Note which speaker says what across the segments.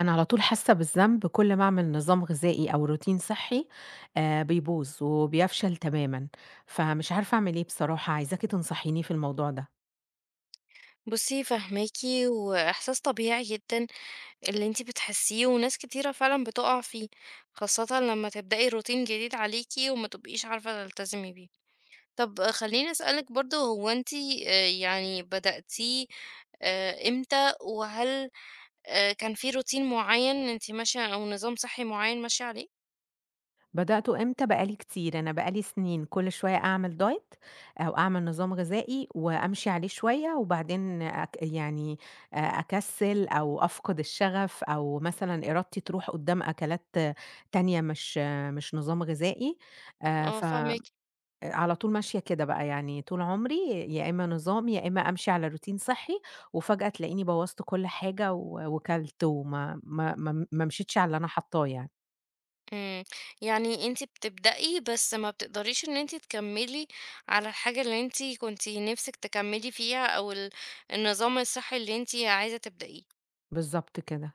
Speaker 1: أنا على طول حاسة بالذنب كل ما أعمل نظام غذائي أو روتين صحّي بيبوظ وبيفشل تمامًا، فمش عارفة أعمل إيه بصراحة، عايزاكِ تنصحيني في الموضوع ده.
Speaker 2: بُصّي فاهماكِ، وإحساس طبيعي جدًا اللي أنتِ بتحسّيه، وناس كتيرة فعلًا بتُقع فيه، خاصةً لمّا تبدئي روتين جديد عليكِ وما تبقيش عارفة تلتزمي بيه. طَب خلّيني أسألِك برضه، هو أنتِ يعني بدأتيه إمتى؟ وهل كان في روتين معيّن أنتِ ماشية، أو نظام صحّي معيّن ماشية عليه؟
Speaker 1: بدأته إمتى؟ بقى لي كتير، أنا بقى لي سنين كل شوية أعمل diet أو أعمل نظام غذائي وأمشي عليه شوية وبعدين أك يعني أ أكسّل أو أفقد الشغف أو مثلًا إرادتي تروح قدّام أكلات تانية مش نظام غذائي
Speaker 2: آه،
Speaker 1: ف
Speaker 2: فاهماكِ.
Speaker 1: على طول ماشية كده بقى، يعني طول عمري يا إمّا نظام، يا إمّا أمشي على روتين صحّي وفجأة تلاقيني بوّظت كل حاجة و وكَلت وما ما ما ما مشيتش على اللي أنا حاطاه يعني.
Speaker 2: إمم، يعني أنتِ بتبدئي بس ما بتقدريش إن أنتِ تكمّلي على الحاجة اللي أنتِ كنتِ نِفْسِك تكمّلي فيها، أو النظام الصحّي اللي أنتِ عايزة تبدئيه.
Speaker 1: بالضبط كده.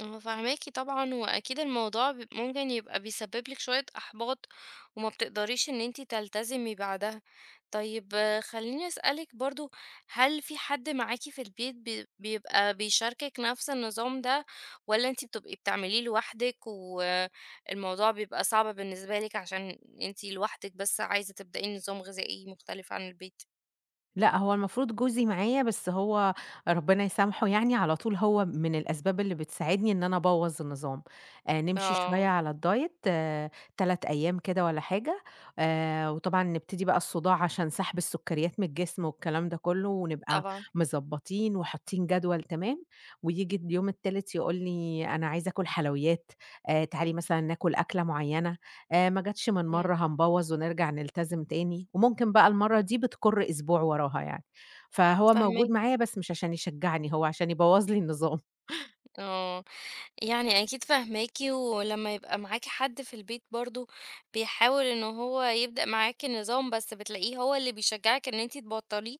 Speaker 2: أنا فاهماكِ طبعًا، وأكيد الموضوع ممكن يبقى بيسبب لِك شوية إحباط، وما بتقدريش إن أنتِ تلتزمي بعدها. طيب خلّيني أسألِك برضه، هل في حد معاكِ في البيت بيبقى بيشاركِك نفس النظام ده، والّا أنتِ بتبقي بتعمليه لوحدِك، والموضوع بيبقى صعب بالنسبة لِك عشان أنتِ لوحدِك بس عايزة تبدئي نظام غذائي مختلف عن البيت؟
Speaker 1: لأ، هو المفروض جوزي معايا، بس هو ربنا يسامحه يعني على طول هو من الأسباب اللي بتساعدني إن أنا أبوّظ النظام، نمشي شوية
Speaker 2: آه،
Speaker 1: على الdiet 3 أيام كده والّا حاجة، وطبعًا نبتدي بقى الصداع عشان سحب السكريات من الجسم والكلام ده كلّه، ونبقى
Speaker 2: طبعًا،
Speaker 1: مضبّطين وحاطين جدول تمام، وييجي اليوم التالت يقول لي: "أنا عايز آكل حلويات، تعالي مثلًا ناكل أكلة معيّنة." ما جاتش من
Speaker 2: إمم،
Speaker 1: مرّة هنبوّظ ونرجع نلتزم تاني، وممكن بقى المرّة دي بتكُر أسبوع وراها يعني. فهو موجود
Speaker 2: فاهماكِ،
Speaker 1: معايا بس مش عشان يشجّعني، هو عشان يبوّظ لي النظام.
Speaker 2: آه. يعني أكيد فاهماكِ، ولمّا يبقى معاكِ حد في البيت برضه بيحاول إن هو يبدأ معاكِ النظام، بس بتلاقيه هو اللي بيشجعِك إن أنتِ تبطّليه،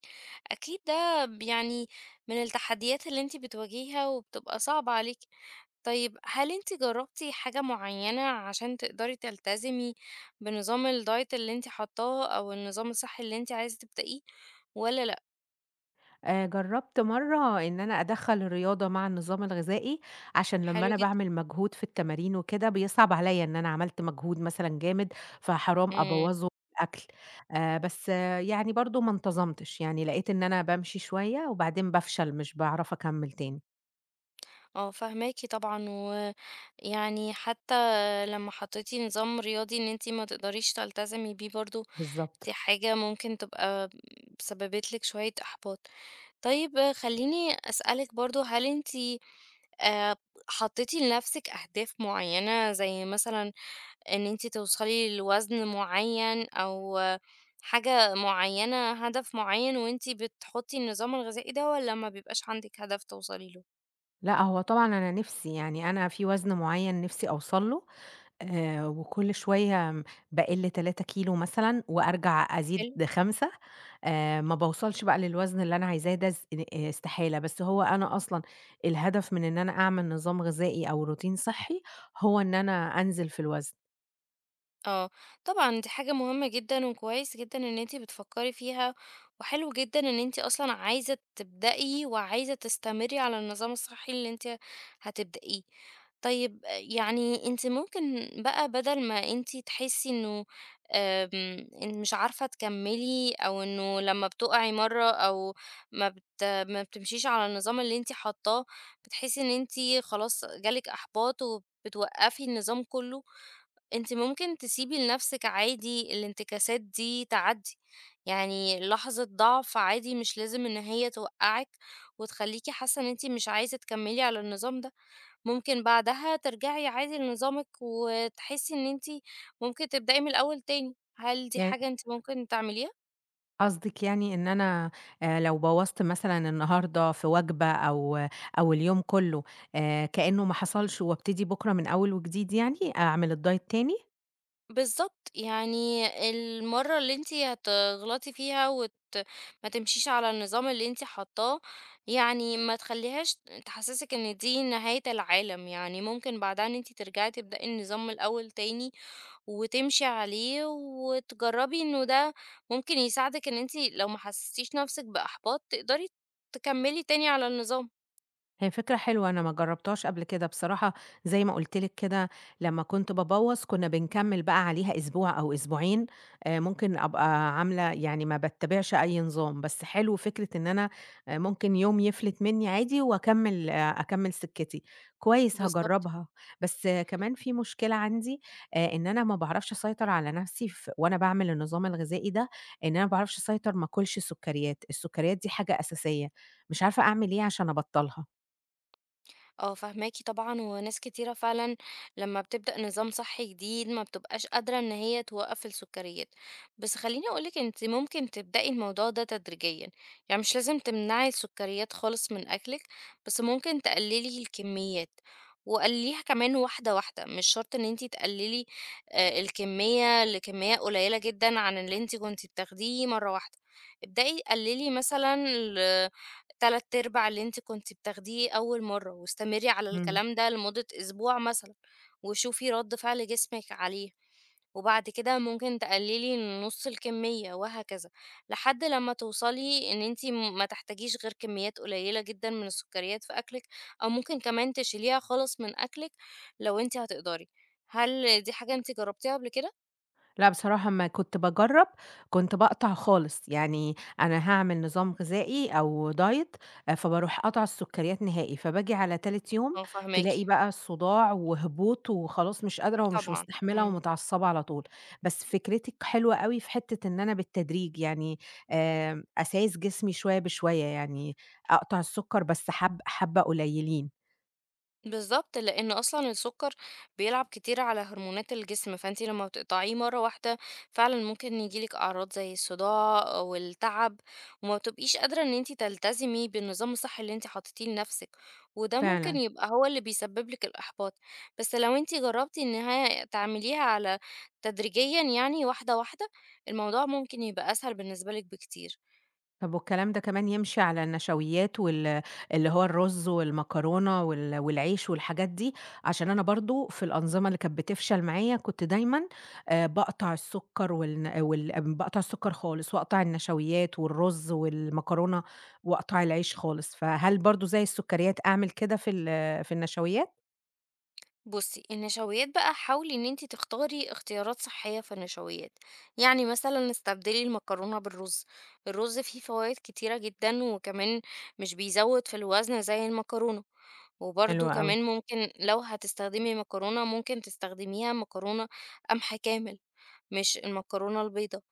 Speaker 2: أكيد ده يعني من التحديات اللي أنتِ بتواجهيها وبتبقى صعبة عليكِ. طيب، هل أنتِ جرّبتِ حاجة معيّنة عشان تقدري تلتزمي بنظام الdiet اللي أنتِ حاطاه، أو النظام الصحّي اللي أنتِ عايزة تبدئيه، والّا لأ؟
Speaker 1: جرّبت مرّة إن أنا أدخّل الرياضة مع النظام الغذائي، عشان لمّا
Speaker 2: حلو
Speaker 1: أنا
Speaker 2: جدًا.
Speaker 1: باعمل مجهود في التمارين وكده بيصعب عليّا إن أنا عملت مجهود مثلًا جامد، فحرام
Speaker 2: إمم.
Speaker 1: أبوّظه بالأكل. بس يعني برضه ما انتظمتش، يعني لقيت إن أنا بامشي شوية وبعدين بافشل مش باعرف أكمّل تاني.
Speaker 2: اه، فهماكي طبعا، ويعني حتى لما حطيتي نظام رياضي ان انتي ما تقدريش تلتزمي بيه برضو، دي
Speaker 1: بالضبط.
Speaker 2: حاجة ممكن تبقى سببت لك شوية احباط. طيب خليني اسألك برضو، هل انتي آه، حطيتي لنفسك اهداف معينة، زي مثلا ان انتي توصلي لوزن معين، او حاجة معينة، هدف معين، وانتي بتحطي النظام الغذائي ده، ولا ما بيبقاش عندك هدف توصلي له؟
Speaker 1: لأ، هو طبعًا أنا نِفْسي، يعني أنا في وزن معيّن نِفْسي أوصل له، وكل شوية باقِل 3 كيلو مثلًا وأرجع أزيد
Speaker 2: حلو.
Speaker 1: 5 ما باوصلش بقى للوزن اللي أنا عايزاه ده ز استحالة، بس هو أنا أصلًا الهدف من إن أنا أعمل نظام غذائي أو روتين صحّي هو إن أنا أنزل في الوزن،
Speaker 2: اه، طبعا، دي حاجة مهمة جدا، وكويس جدا ان انتي بتفكري فيها، وحلو جدا ان انتي اصلا عايزة تبدأي وعايزة تستمري على النظام الصحي اللي انتي هتبدأيه. طيب، يعني انتي ممكن بقى، بدل ما انتي تحسي انه إن مش عارفة تكملي، او انه لما بتقعي مرة، او ما بتمشيش على النظام اللي انتي حطاه، بتحسي ان انتي خلاص جالك احباط وبتوقفي النظام كله، أنتِ ممكن تسيبي لنفسِك عادي الانتكاسات دي تعدّي، يعني لحظة ضعف عادي، مش لازم إن هي توقّعِك وتخلّيكِ حاسة إن أنتِ مش عايزة تكمّلي على النظام ده، ممكن بعدها ترجعي عادي لنظامِك وتحسّي إن أنتِ ممكن تبدئي من الأول تاني. هل دي
Speaker 1: يعني
Speaker 2: حاجة أنتِ ممكن تعمليها؟
Speaker 1: قصدِك يعني إن أنا لو بوّظت مثلًا النهارده في وجبة أو اليوم كُلّه كإنه ما حصلش وابتدي بكرة من أول وجديد يعني، أعمل الدايت تاني؟
Speaker 2: بالضبط، يعني المَرّة اللي أنتِ هتغلطي فيها وت ما تمشيش على النظام اللي أنتِ حاطاه، يعني ما تخلّيهاش تحسّسِك إن دي نهاية العالم، يعني ممكن بعدها إن أنتِ ترجعي تبدئي النظام من الأول تاني، وتمشي عليه، وتجرّبي إنه ده ممكن يساعدِك إن أنتِ لو ما حسستيش نَفْسِك بإحباط، تقدري تكمّلي تاني على النظام.
Speaker 1: هي فكرة حلوة أنا ما جربتهاش قبل كده بصراحة زي ما قُلت لِك كده لمّا كنت بابوّظ كنا بنكمّل بقى عليها أسبوع أو أسبوعين، ممكن أبقى عاملة يعني ما باتّبعش أي نظام، بس حلو فكرة إن أنا ممكن يوم يفلت منّي عادي وأكمّل آه، أكمّل سكتي، كويس
Speaker 2: بالضبط.
Speaker 1: هاجرّبها، بس كمان في مشكلة عندي إن أنا ما باعرفش أسيطر على نَفْسي وأنا باعمل النظام الغذائي ده، إن أنا ما باعرفش أسيطر ما آكُلش سُكّريات، السُكّريات دي حاجة أساسية، مش عارفة أعمل إيه عشان أبطّلها؟
Speaker 2: اه، فهماكي طبعا، وناس كتيرة فعلا لما بتبدأ نظام صحي جديد ما بتبقاش قادرة ان هي توقف السكريات. بس خليني اقولك، انت ممكن تبدأي الموضوع ده تدريجيا، يعني مش لازم تمنعي السكريات خالص من اكلك، بس ممكن تقللي الكميات، وقليها كمان واحدة واحدة. مش شرط ان انت تقللي الكمية لكمية قليلة جدا عن اللي انت كنت بتاخديه مرة واحدة. ابدأي قللي مثلا تلات أرباع اللي أنتِ كنتِ بتاخديه أول مرّة، واستمري على
Speaker 1: إمم.
Speaker 2: الكلام ده لمدة أسبوع مثلًا، وشوفي رد فعل جسمِك عليه، وبعد كده ممكن تقللي نُص الكمية، وهكذا، لحد لمّا توصلي إن أنتِ ما تحتاجيش غير كميات قليلة جدًا من السكريات في أكلِك، أو ممكن كمان تشيليها خالص من أكلِك لو أنتِ هتقدري. هل دي حاجة أنتِ جربتيها قبل كده؟
Speaker 1: لأ بصراحة أمّا كنت باجرّب، كنت باقطع خالص، يعني أنا هاعمل نظام غذائي أو diet. فباروح قاطعة السكريات نهائي، فباجي على تالت يوم
Speaker 2: آه، فاهماكِ،
Speaker 1: تلاقي بقى صداع وهبوط وخلاص مش قادرة ومش
Speaker 2: طبعًا،
Speaker 1: مستحملة
Speaker 2: إمم.
Speaker 1: ومتعصبة على طول، بس فكرتِك حلوة أوي في حتة إن أنا بالتدريج يعني أسايس جسمي شوية بشوية، يعني أقطع السكر بس حبة قليلين،
Speaker 2: بالظبط، لان اصلا السكر بيلعب كتير على هرمونات الجسم، فانتي لما بتقطعيه مره واحده فعلا ممكن يجيلك اعراض زي الصداع والتعب، وما بتبقيش قادره ان انتي تلتزمي بالنظام الصحي اللي انتي حاطتيه لنفسك، وده ممكن
Speaker 1: فعلًا.
Speaker 2: يبقى هو اللي بيسبب لك الاحباط. بس لو انتي جربتي انها تعمليها على تدريجيا، يعني واحده واحده، الموضوع ممكن يبقى اسهل بالنسبه لك بكتير.
Speaker 1: طب والكلام ده كمان يمشي على النشويات اللي هو الرز والمكرونة والعيش والحاجات دي؟ عشان أنا برضه في الأنظمة اللي كانت بتفشل معايا كنت دايمًا باقطع السكر خالص، واقطع النشويات والرز والمكرونة، واقطع العيش خالص، فهل برضه زي السكريات أعمل كده في النشويات؟
Speaker 2: بصي، النشويات بقى حاولي ان انتي تختاري اختيارات صحية في النشويات، يعني مثلا استبدلي المكرونة بالرز. الرز فيه فوائد كتيرة جدا، وكمان مش بيزود في الوزن زي المكرونة.
Speaker 1: حلو
Speaker 2: وبرده
Speaker 1: أوي.
Speaker 2: كمان، ممكن لو هتستخدمي مكرونة، ممكن تستخدميها مكرونة قمح كامل، مش المكرونة البيضة.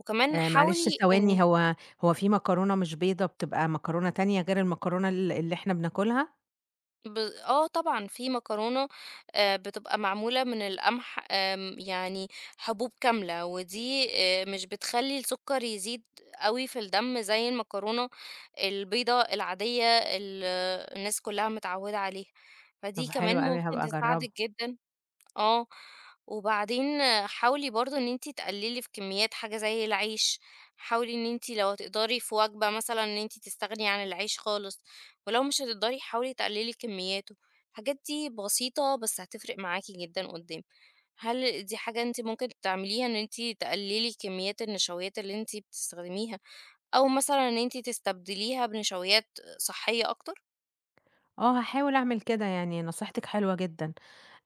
Speaker 2: وكمان
Speaker 1: معلش
Speaker 2: حاولي ان
Speaker 1: ثواني هو في مكرونة مش بيضا بتبقى مكرونة تانية غير المكرونة اللي إحنا بناكلها؟
Speaker 2: ب آه، طبعًا، في مكرونة بتبقى معمولة من القمح، يعني حبوب كاملة، ودي مش بتخلّي السكر يزيد أوي في الدم زي المكرونة البيضا العادية، الناس كلّها متعوّدة عليها، فدي
Speaker 1: طب حلو
Speaker 2: كمان
Speaker 1: أوي
Speaker 2: ممكن
Speaker 1: هابقى أجربها.
Speaker 2: تساعدِك جدًا. آه، وبعدين، حاولي برضه إن أنتِ تقللي في كميات حاجة زي العيش، حاولي إن أنتِ لو هتقدري في وجبة مثلًا إن أنتِ تستغني عن العيش خالص، ولو مش هتقدري حاولي تقللي كمياته، الحاجات دي بسيطة بس هتفرق معاكِ جدًا قدّام. هل دي حاجة أنتِ ممكن تعمليها، إن أنتِ تقللي كميات النشويات اللي أنتِ بتستخدميها، أو مثلًا إن أنتِ تستبدليها بنشويات صحية أكتر؟
Speaker 1: آه هاحاول أعمل كده، يعني نصيحتِك حلوة جدًا،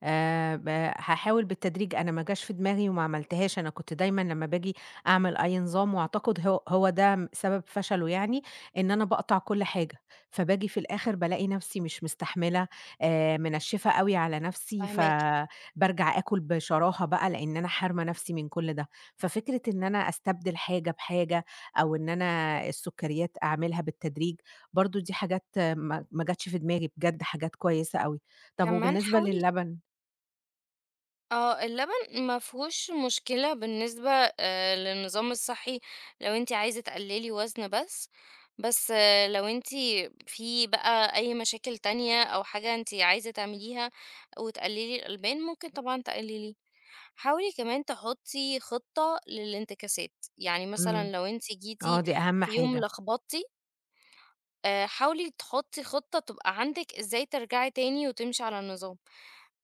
Speaker 1: ب هاحاول بالتدريج، أنا ما جاش في دماغي وما عملتهاش، أنا كنت دايمًا لمّا باجي أعمل أي نظام وأعتقد هو ده سبب فشله يعني، إن أنا باقطع كل حاجة، فباجي في الآخر بالاقي نفسي مش مستحملة، منشّفة أوي على نفسي،
Speaker 2: فاهماكِ.
Speaker 1: فبارجع آكل بشراهة بقى لإن أنا حارمة نفسي من كل ده. ففكرة إن أنا أستبدل حاجة بحاجة أو إن أنا السكريات أعملها بالتدريج، برضه دي حاجات ما جاتش في دماغي بجد، حاجات كويسة أوي. طب
Speaker 2: كمان
Speaker 1: وبالنسبة
Speaker 2: حاولي.
Speaker 1: للبن،
Speaker 2: آه، اللبن ما فيهوش مشكلة بالنسبة للنظام الصحي، لو أنتِ عايزة تقللي وزن بس. بس لو أنتِ في بقى أي مشاكل تانية، أو حاجة أنتِ عايزة تعمليها وتقللي الألبان، ممكن طبعًا تقلليه. حاولي كمان تحطي خطة للانتكاسات، يعني مثلًا
Speaker 1: إمم،
Speaker 2: لو أنتِ جيتِ
Speaker 1: آه دي أهم
Speaker 2: في يوم
Speaker 1: حاجة،
Speaker 2: لخبطتِ، حاولي تحطي خطة تبقى عندِك إزاي ترجعي تاني وتمشي على النظام.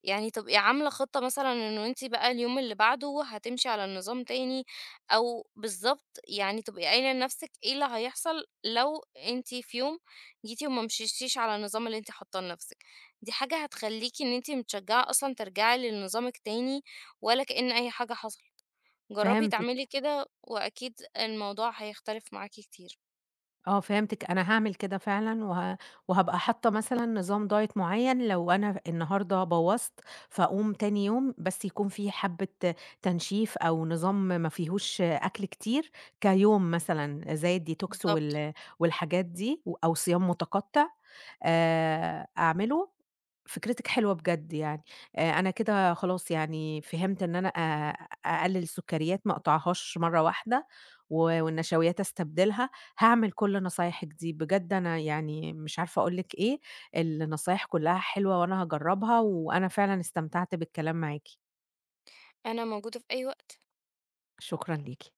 Speaker 2: يعني تبقي عاملة خطة مثلًا إنه أنتِ بقى اليوم اللي بعده هتمشي على النظام تاني، أو بالضبط، يعني تبقي قايلة لنفسِك إيه اللي هيحصل لو أنتِ في يوم جيتِ وما مشيتيش على النظام اللي أنتِ حاطاه لنفسِك، دي حاجة هتخليكِ إن أنتِ متشجعة أصلًا ترجعي لنظامِك تاني ولا كأن أي حاجة حصلت، جربي
Speaker 1: فهمتِك،
Speaker 2: تعملي كده وأكيد الموضوع هيختلف معاكِ كتير.
Speaker 1: فهمتِك، أنا هاعمل كده فعلًا وهابقى حاطة مثلًا نظام diet معيّن لو أنا النهارده بوّظت، فاقوم تاني يوم بس يكون في حبّة تنشيف أو نظام ما فيهوش أكل كتير، كيوم مثلًا زي الdetox
Speaker 2: بالضبط،
Speaker 1: والحاجات دي أو صيام متقطع أعمله. فكرتِك حلوة بجد يعني، أنا كده خلاص يعني فهمت إن أنا أقلل السكريات ما أقطعهاش مرّة واحدة، و والنشويات أستبدلها. هاعمل كل نصايحِك دي، بجد أنا يعني مش عارفة أقول لِك إيه، النصايح كلّها حلوة وأنا هاجرّبها، وأنا فعلًا استمتعت بالكلام معاكِ،
Speaker 2: أنا موجودة في أي وقت.
Speaker 1: شكرًا ليكِ.